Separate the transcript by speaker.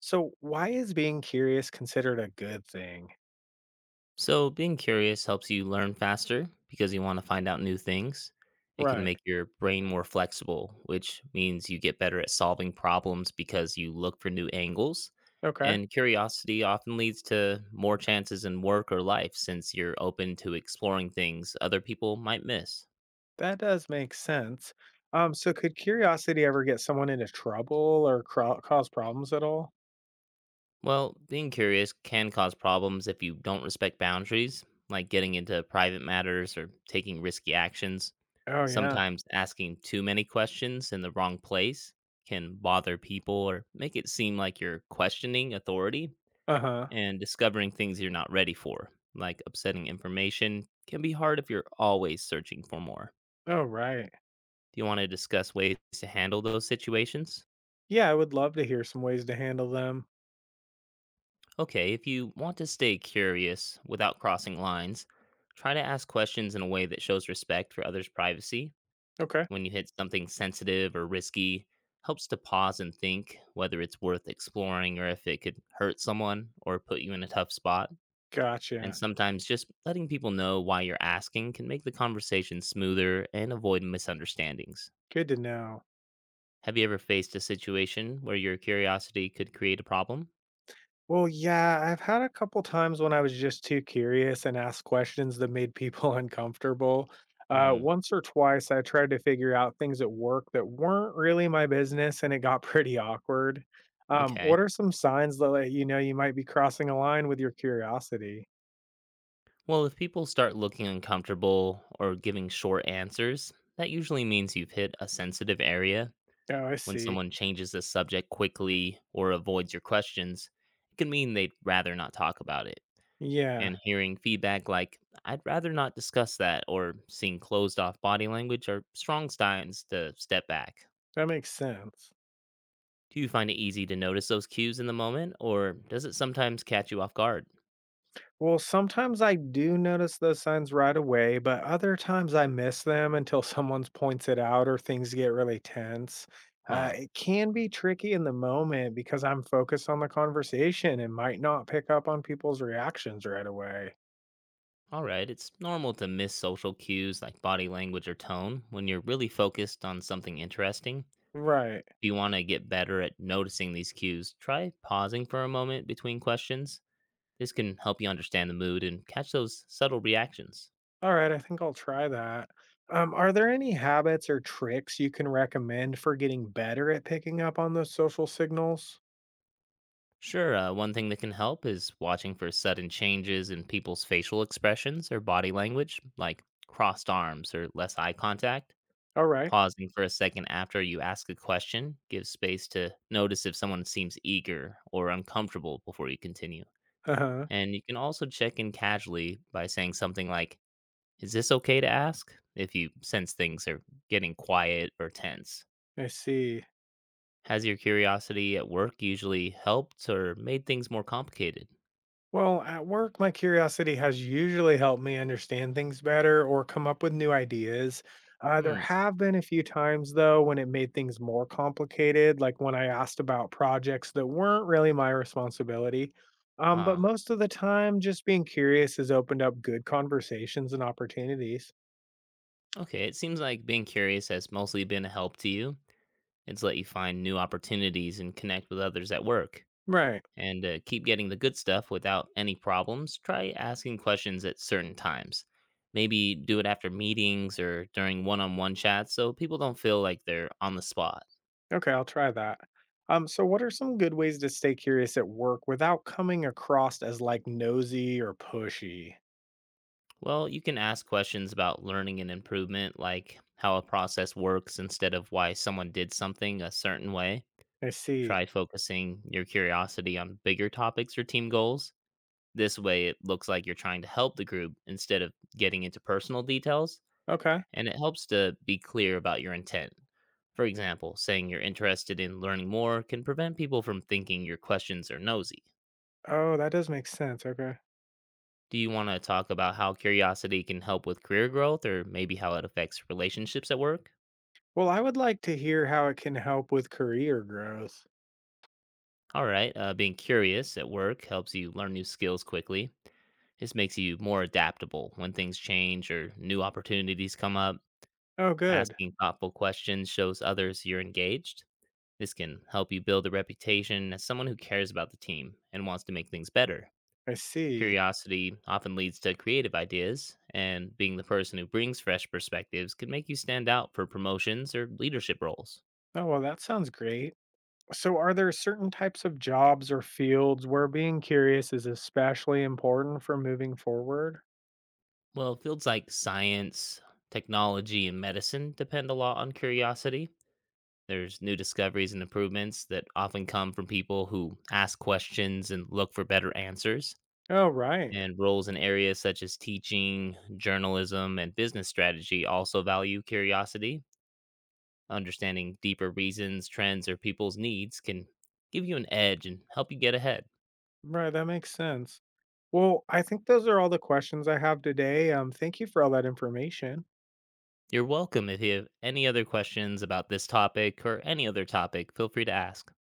Speaker 1: So, why is being curious considered a good thing?
Speaker 2: So, being curious helps you learn faster because you want to find out new things. It can
Speaker 1: Right.
Speaker 2: make your brain more flexible, which means you get better at solving problems because you look for new angles.
Speaker 1: Okay.
Speaker 2: And curiosity often leads to more chances in work or life since you're open to exploring things other people might miss.
Speaker 1: That does make sense. So could curiosity ever get someone into trouble or cause problems at all?
Speaker 2: Well, being curious can cause problems if you don't respect boundaries, like getting into private matters or taking risky actions.
Speaker 1: Oh, yeah.
Speaker 2: Sometimes asking too many questions in the wrong place can bother people or make it seem like you're questioning authority
Speaker 1: Uh huh.
Speaker 2: and discovering things you're not ready for, like upsetting information, can be hard if you're always searching for more.
Speaker 1: Oh, right.
Speaker 2: Do you want to discuss ways to handle those situations?
Speaker 1: Yeah, I would love to hear some ways to handle them.
Speaker 2: Okay, if you want to stay curious without crossing lines, try to ask questions in a way that shows respect for others' privacy.
Speaker 1: Okay.
Speaker 2: When you hit something sensitive or risky, helps to pause and think whether it's worth exploring or if it could hurt someone or put you in a tough spot. And
Speaker 1: Gotcha.
Speaker 2: sometimes just letting people know why you're asking can make the conversation smoother and avoid misunderstandings.
Speaker 1: Good to know.
Speaker 2: Have you ever faced a situation where your curiosity could create a problem?
Speaker 1: Well, yeah, I've had a couple times when I was just too curious and asked questions that made people uncomfortable.
Speaker 2: Hmm,
Speaker 1: Once or twice, I tried to figure out things at work that weren't really my business, and it got pretty awkward. Um,
Speaker 2: okay.
Speaker 1: what are some signs that let you know you might be crossing a line with your curiosity?
Speaker 2: Well, if people start looking uncomfortable or giving short answers, that usually means you've hit a sensitive area.
Speaker 1: Oh, I
Speaker 2: When
Speaker 1: see.
Speaker 2: someone changes the subject quickly or avoids your questions, it can mean they'd rather not talk about it.
Speaker 1: Yeah,
Speaker 2: And hearing feedback like, "I'd rather not discuss that," or seeing closed off body language are strong signs to step back.
Speaker 1: that makes sense.
Speaker 2: Do you find it easy to notice those cues in the moment, or does it sometimes catch you off guard?
Speaker 1: Well, sometimes I do notice those signs right away, but other times I miss them until someone points it out or things get really tense.
Speaker 2: Huh.
Speaker 1: It can be tricky in the moment because I'm focused on the conversation and might not pick up on people's reactions right away.
Speaker 2: All right, it's normal to miss social cues like body language or tone when you're really focused on something interesting.
Speaker 1: Right.
Speaker 2: If you want to get better at noticing these cues, try pausing for a moment between questions. This can help you understand the mood and catch those subtle reactions.
Speaker 1: All right. I think I'll try that. Are there any habits or tricks you can recommend for getting better at picking up on those social signals?
Speaker 2: Sure, one thing that can help is watching for sudden changes in people's facial expressions or body language, like crossed arms or less eye contact.
Speaker 1: All right.
Speaker 2: Pausing for a second after you ask a question gives space to notice if someone seems eager or uncomfortable before you continue.
Speaker 1: Uh huh.
Speaker 2: And you can also check in casually by saying something like, "Is this okay to ask?" if you sense things are getting quiet or tense.
Speaker 1: I see.
Speaker 2: Has your curiosity at work usually helped or made things more complicated?
Speaker 1: Well, at work, my curiosity has usually helped me understand things better or come up with new ideas. There
Speaker 2: Hmm,
Speaker 1: have been a few times, though, when it made things more complicated, like when I asked about projects that weren't really my responsibility. But
Speaker 2: huh.
Speaker 1: most of the time, just being curious has opened up good conversations and opportunities.
Speaker 2: Okay, it seems like being curious has mostly been a help to you. It's let you find new opportunities and connect with others at work.
Speaker 1: Right.
Speaker 2: And keep getting the good stuff without any problems, try asking questions at certain times. Maybe do it after meetings or during one on one chats so people don't feel like they're on the spot.
Speaker 1: Okay, I'll try that. What are some good ways to stay curious at work without coming across as like nosy or pushy?
Speaker 2: Well, you can ask questions about learning and improvement, like how a process works instead of why someone did something a certain way.
Speaker 1: I see.
Speaker 2: Try focusing your curiosity on bigger topics or team goals. This way, it looks like you're trying to help the group instead of getting into personal details,
Speaker 1: Okay.
Speaker 2: and it helps to be clear about your intent. For example, saying you're interested in learning more can prevent people from thinking your questions are nosy.
Speaker 1: Oh, that does make sense, okay.
Speaker 2: Do you want to talk about how curiosity can help with career growth or maybe how it affects relationships at work?
Speaker 1: Well, I would like to hear how it can help with career growth.
Speaker 2: All right, being curious at work helps you learn new skills quickly. This makes you more adaptable when things change or new opportunities come up.
Speaker 1: Oh, good.
Speaker 2: Asking thoughtful questions shows others you're engaged. This can help you build a reputation as someone who cares about the team and wants to make things better.
Speaker 1: I see.
Speaker 2: Curiosity often leads to creative ideas, and being the person who brings fresh perspectives can make you stand out for promotions or leadership roles.
Speaker 1: Oh, well, that sounds great. So, are there certain types of jobs or fields where being curious is especially important for moving forward?
Speaker 2: Well, fields like science, technology, and medicine depend a lot on curiosity. There's new discoveries and improvements that often come from people who ask questions and look for better answers.
Speaker 1: Oh, right.
Speaker 2: And roles in areas such as teaching, journalism, and business strategy also value curiosity. Understanding deeper reasons, trends, or people's needs can give you an edge and help you get ahead.
Speaker 1: Right, that makes sense. Well, I think those are all the questions I have today. Thank you for all that information.
Speaker 2: You're welcome. If you have any other questions about this topic or any other topic, feel free to ask.